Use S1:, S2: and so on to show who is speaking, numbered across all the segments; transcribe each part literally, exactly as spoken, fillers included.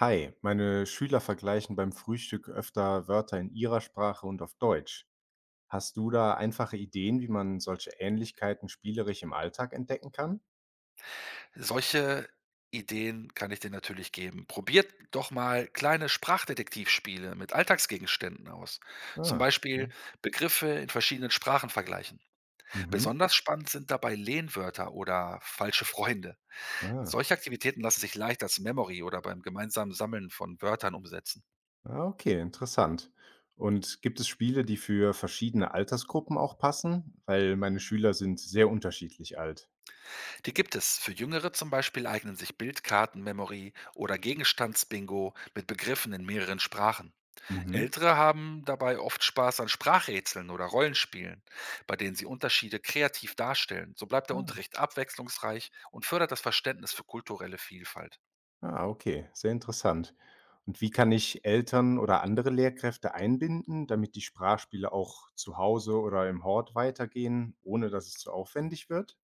S1: Hi, meine Schüler vergleichen beim Frühstück öfter Wörter in ihrer Sprache und auf Deutsch. Hast du da einfache Ideen, wie man solche Ähnlichkeiten spielerisch im Alltag entdecken kann?
S2: Solche Ideen kann ich dir natürlich geben. Probiert doch mal kleine Sprachdetektivspiele mit Alltagsgegenständen aus. Zum
S1: Ah,
S2: Beispiel
S1: okay.
S2: Begriffe in verschiedenen Sprachen vergleichen.
S1: Mhm.
S2: Besonders spannend sind dabei Lehnwörter oder falsche Freunde.
S1: Ah,
S2: Solche Aktivitäten lassen sich leicht als Memory oder beim gemeinsamen Sammeln von Wörtern umsetzen.
S1: ah, okay, interessant. Und gibt es Spiele, die für verschiedene Altersgruppen auch passen? Weil meine Schüler sind sehr unterschiedlich alt.
S2: Die gibt es. Für Jüngere zum Beispiel eignen sich Bildkarten-Memory oder Gegenstandsbingo mit Begriffen in mehreren Sprachen.
S1: Mhm.
S2: Ältere haben dabei oft Spaß an Sprachrätseln oder Rollenspielen, bei denen sie Unterschiede kreativ darstellen. So bleibt der
S1: Ah.
S2: Unterricht abwechslungsreich und fördert das Verständnis für kulturelle Vielfalt.
S1: Ah, okay, sehr interessant. Und wie kann ich Eltern oder andere Lehrkräfte einbinden, damit die Sprachspiele auch zu Hause oder im Hort weitergehen, ohne dass es zu aufwendig wird?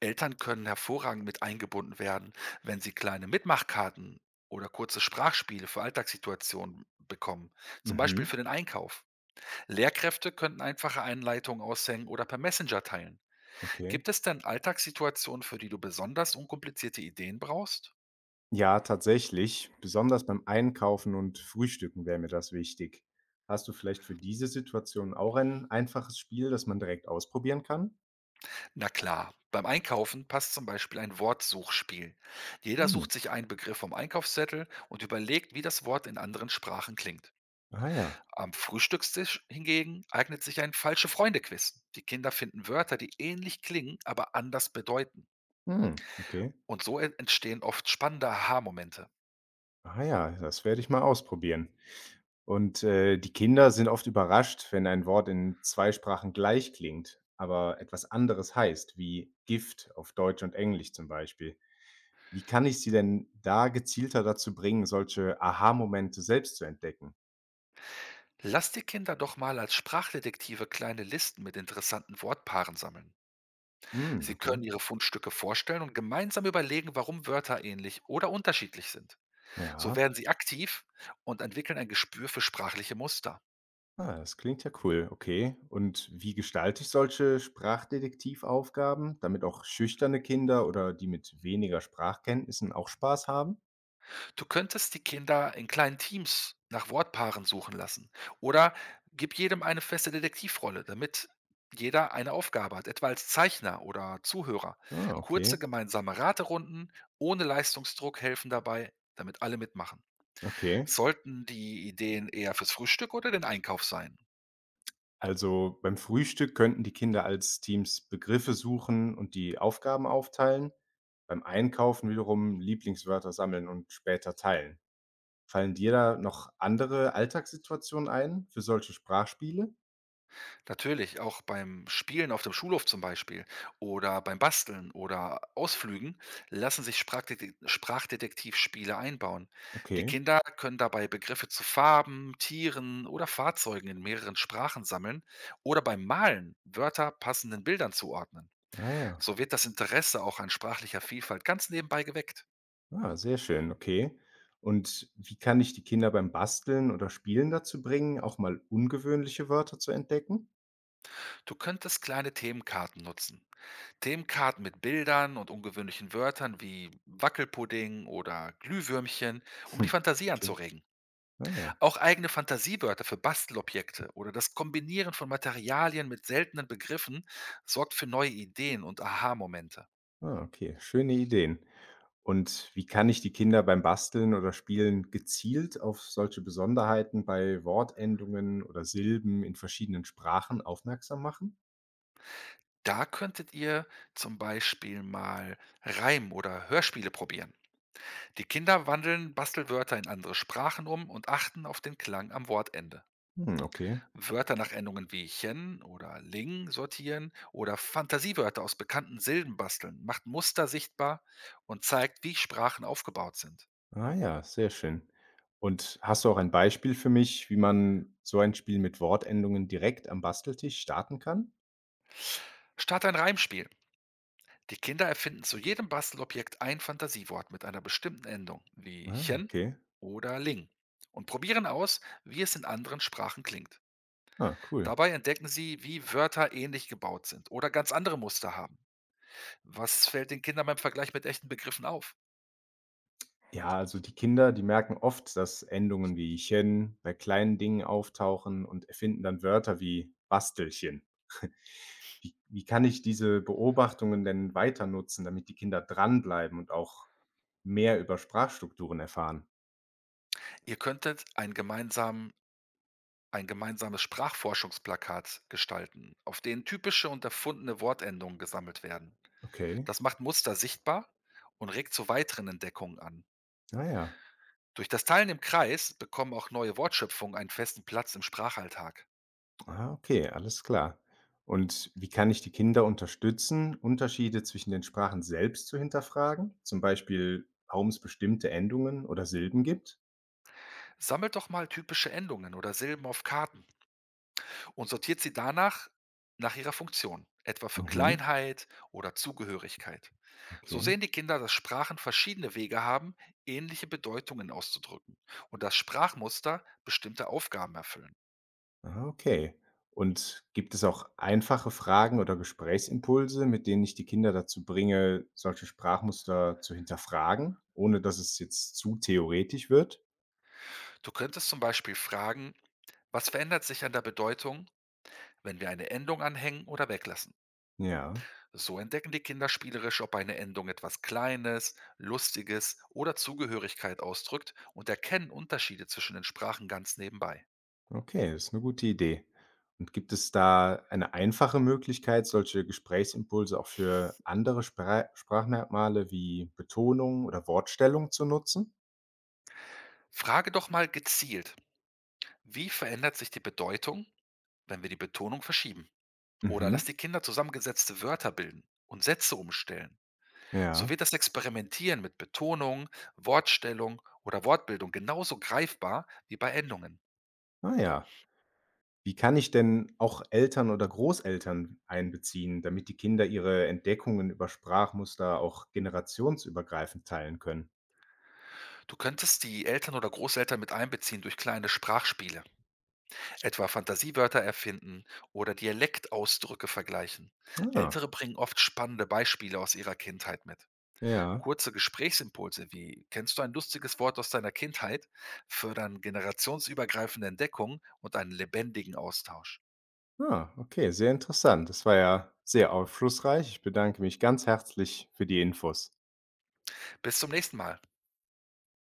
S2: Eltern können hervorragend mit eingebunden werden, wenn sie kleine Mitmachkarten oder kurze Sprachspiele für Alltagssituationen bekommen, zum Beispiel für
S1: Mhm.
S2: den Einkauf. Lehrkräfte könnten einfache Einleitungen aushängen oder per Messenger teilen.
S1: Okay.
S2: Gibt es denn Alltagssituationen, für die du besonders unkomplizierte Ideen brauchst?
S1: Ja, tatsächlich. Besonders beim Einkaufen und Frühstücken wäre mir das wichtig. Hast du vielleicht für diese Situation auch ein einfaches Spiel, das man direkt ausprobieren kann?
S2: Na klar, beim Einkaufen passt zum Beispiel ein Wortsuchspiel. Jeder
S1: Mhm.
S2: sucht sich einen Begriff vom Einkaufszettel und überlegt, wie das Wort in anderen Sprachen klingt.
S1: Ah ja.
S2: Am Frühstückstisch hingegen eignet sich ein falsche Freunde-Quiz. Die Kinder finden Wörter, die ähnlich klingen, aber anders bedeuten.
S1: Hm, okay.
S2: Und so en- entstehen oft spannende Aha-Momente.
S1: Ah ja, das werde ich mal ausprobieren. Und äh, die Kinder sind oft überrascht, wenn ein Wort in zwei Sprachen gleich klingt, aber etwas anderes heißt, wie Gift auf Deutsch und Englisch zum Beispiel. Wie kann ich sie denn da gezielter dazu bringen, solche Aha-Momente selbst zu entdecken?
S2: Lasst die Kinder doch mal als Sprachdetektive kleine Listen mit interessanten Wortpaaren sammeln.
S1: Hm,
S2: Sie
S1: okay.
S2: können ihre Fundstücke vorstellen und gemeinsam überlegen, warum Wörter ähnlich oder unterschiedlich sind. So
S1: Ja.
S2: werden sie aktiv und entwickeln ein Gespür für sprachliche Muster.
S1: Ah, das klingt ja cool. Okay. Und wie gestalte ich solche Sprachdetektivaufgaben, damit auch schüchterne Kinder oder die mit weniger Sprachkenntnissen auch Spaß haben?
S2: Du könntest die Kinder in kleinen Teams nach Wortpaaren suchen lassen oder gib jedem eine feste Detektivrolle, damit jeder eine Aufgabe hat, etwa als Zeichner oder Zuhörer.
S1: Ah,
S2: Kurze
S1: okay.
S2: gemeinsame Raterunden ohne Leistungsdruck helfen dabei, damit alle mitmachen.
S1: Okay.
S2: Sollten die Ideen eher fürs Frühstück oder den Einkauf sein?
S1: Also beim Frühstück könnten die Kinder als Teams Begriffe suchen und die Aufgaben aufteilen. Beim Einkaufen wiederum Lieblingswörter sammeln und später teilen. Fallen dir da noch andere Alltagssituationen ein für solche Sprachspiele?
S2: Natürlich, auch beim Spielen auf dem Schulhof zum Beispiel oder beim Basteln oder Ausflügen lassen sich Sprachdetek- Sprachdetektivspiele einbauen. Die
S1: Okay.
S2: Kinder können dabei Begriffe zu Farben, Tieren oder Fahrzeugen in mehreren Sprachen sammeln oder beim Malen Wörter passenden Bildern zuordnen.
S1: Ah ja.
S2: So wird das Interesse auch an sprachlicher Vielfalt ganz nebenbei geweckt.
S1: Ah, sehr schön, okay. Und wie kann ich die Kinder beim Basteln oder Spielen dazu bringen, auch mal ungewöhnliche Wörter zu entdecken?
S2: Du könntest kleine Themenkarten nutzen, Themenkarten mit Bildern und ungewöhnlichen Wörtern wie Wackelpudding oder Glühwürmchen, um
S1: Hm,
S2: die Fantasie
S1: okay.
S2: anzuregen.
S1: Ah ja.
S2: Auch eigene Fantasiewörter für Bastelobjekte oder das Kombinieren von Materialien mit seltenen Begriffen sorgt für neue Ideen und Aha-Momente.
S1: Ah, okay. Schöne Ideen. Und wie kann ich die Kinder beim Basteln oder Spielen gezielt auf solche Besonderheiten bei Wortendungen oder Silben in verschiedenen Sprachen aufmerksam machen?
S2: Da könntet ihr zum Beispiel mal Reim- oder Hörspiele probieren. Die Kinder wandeln Bastelwörter in andere Sprachen um und achten auf den Klang am Wortende.
S1: Hm, okay.
S2: Wörter nach Endungen wie -chen oder -ling sortieren oder Fantasiewörter aus bekannten Silben basteln, macht Muster sichtbar und zeigt, wie Sprachen aufgebaut sind.
S1: Ah ja, sehr schön. Und hast du auch ein Beispiel für mich, wie man so ein Spiel mit Wortendungen direkt am Basteltisch starten kann?
S2: Start ein Reimspiel. Die Kinder erfinden zu jedem Bastelobjekt ein Fantasiewort mit einer bestimmten Endung, wie
S1: Ah,
S2: -chen
S1: okay.
S2: oder -ling, und probieren aus, wie es in anderen Sprachen klingt.
S1: Ah, cool.
S2: Dabei entdecken sie, wie Wörter ähnlich gebaut sind oder ganz andere Muster haben. Was fällt den Kindern beim Vergleich mit echten Begriffen auf?
S1: Ja, also die Kinder, die merken oft, dass Endungen wie chen bei kleinen Dingen auftauchen und erfinden dann Wörter wie Bastelchen. Wie wie kann ich diese Beobachtungen denn weiter nutzen, damit die Kinder dranbleiben und auch mehr über Sprachstrukturen erfahren?
S2: Ihr könntet einen gemeinsamen ein gemeinsames Sprachforschungsplakat gestalten, auf denen typische und erfundene Wortendungen gesammelt werden.
S1: Okay.
S2: Das macht Muster sichtbar und regt zu weiteren Entdeckungen an.
S1: Ah ja.
S2: Durch das Teilen im Kreis bekommen auch neue Wortschöpfungen einen festen Platz im Sprachalltag.
S1: Ah, okay, alles klar. Und wie kann ich die Kinder unterstützen, Unterschiede zwischen den Sprachen selbst zu hinterfragen? Zum Beispiel, warum es bestimmte Endungen oder Silben gibt?
S2: Sammelt doch mal typische Endungen oder Silben auf Karten und sortiert sie danach nach ihrer Funktion, etwa für
S1: Mhm.
S2: Kleinheit oder Zugehörigkeit. So
S1: Okay.
S2: sehen die Kinder, dass Sprachen verschiedene Wege haben, ähnliche Bedeutungen auszudrücken und dass Sprachmuster bestimmte Aufgaben erfüllen.
S1: Ah, okay. Und gibt es auch einfache Fragen oder Gesprächsimpulse, mit denen ich die Kinder dazu bringe, solche Sprachmuster zu hinterfragen, ohne dass es jetzt zu theoretisch wird?
S2: Du könntest zum Beispiel fragen, was verändert sich an der Bedeutung, wenn wir eine Endung anhängen oder weglassen?
S1: Ja,
S2: So entdecken die Kinder spielerisch, ob eine Endung etwas Kleines, Lustiges oder Zugehörigkeit ausdrückt und erkennen Unterschiede zwischen den Sprachen ganz nebenbei.
S1: okay, das ist eine gute Idee. Und gibt es da eine einfache Möglichkeit, solche Gesprächsimpulse auch für andere Spra Sprachmerkmale wie Betonung oder Wortstellung zu nutzen?
S2: Frage doch mal gezielt, wie verändert sich die Bedeutung, wenn wir die Betonung verschieben? Oder lass
S1: Mhm.
S2: die Kinder zusammengesetzte Wörter bilden und Sätze umstellen. So
S1: Ja.
S2: wird das Experimentieren mit Betonung, Wortstellung oder Wortbildung genauso greifbar wie bei Endungen.
S1: Ah ja. Wie kann ich denn auch Eltern oder Großeltern einbeziehen, damit die Kinder ihre Entdeckungen über Sprachmuster auch generationsübergreifend teilen können?
S2: Du könntest die Eltern oder Großeltern mit einbeziehen durch kleine Sprachspiele, etwa Fantasiewörter erfinden oder Dialektausdrücke vergleichen.
S1: Ah,
S2: Ältere bringen oft spannende Beispiele aus ihrer Kindheit mit.
S1: ja.
S2: Kurze Gesprächsimpulse wie „Kennst du ein lustiges Wort aus deiner Kindheit?“ fördern generationsübergreifende Entdeckung und einen lebendigen Austausch.
S1: Ah, okay, sehr interessant. Das war ja sehr aufschlussreich. Ich bedanke mich ganz herzlich für die Infos.
S2: Bis zum nächsten Mal.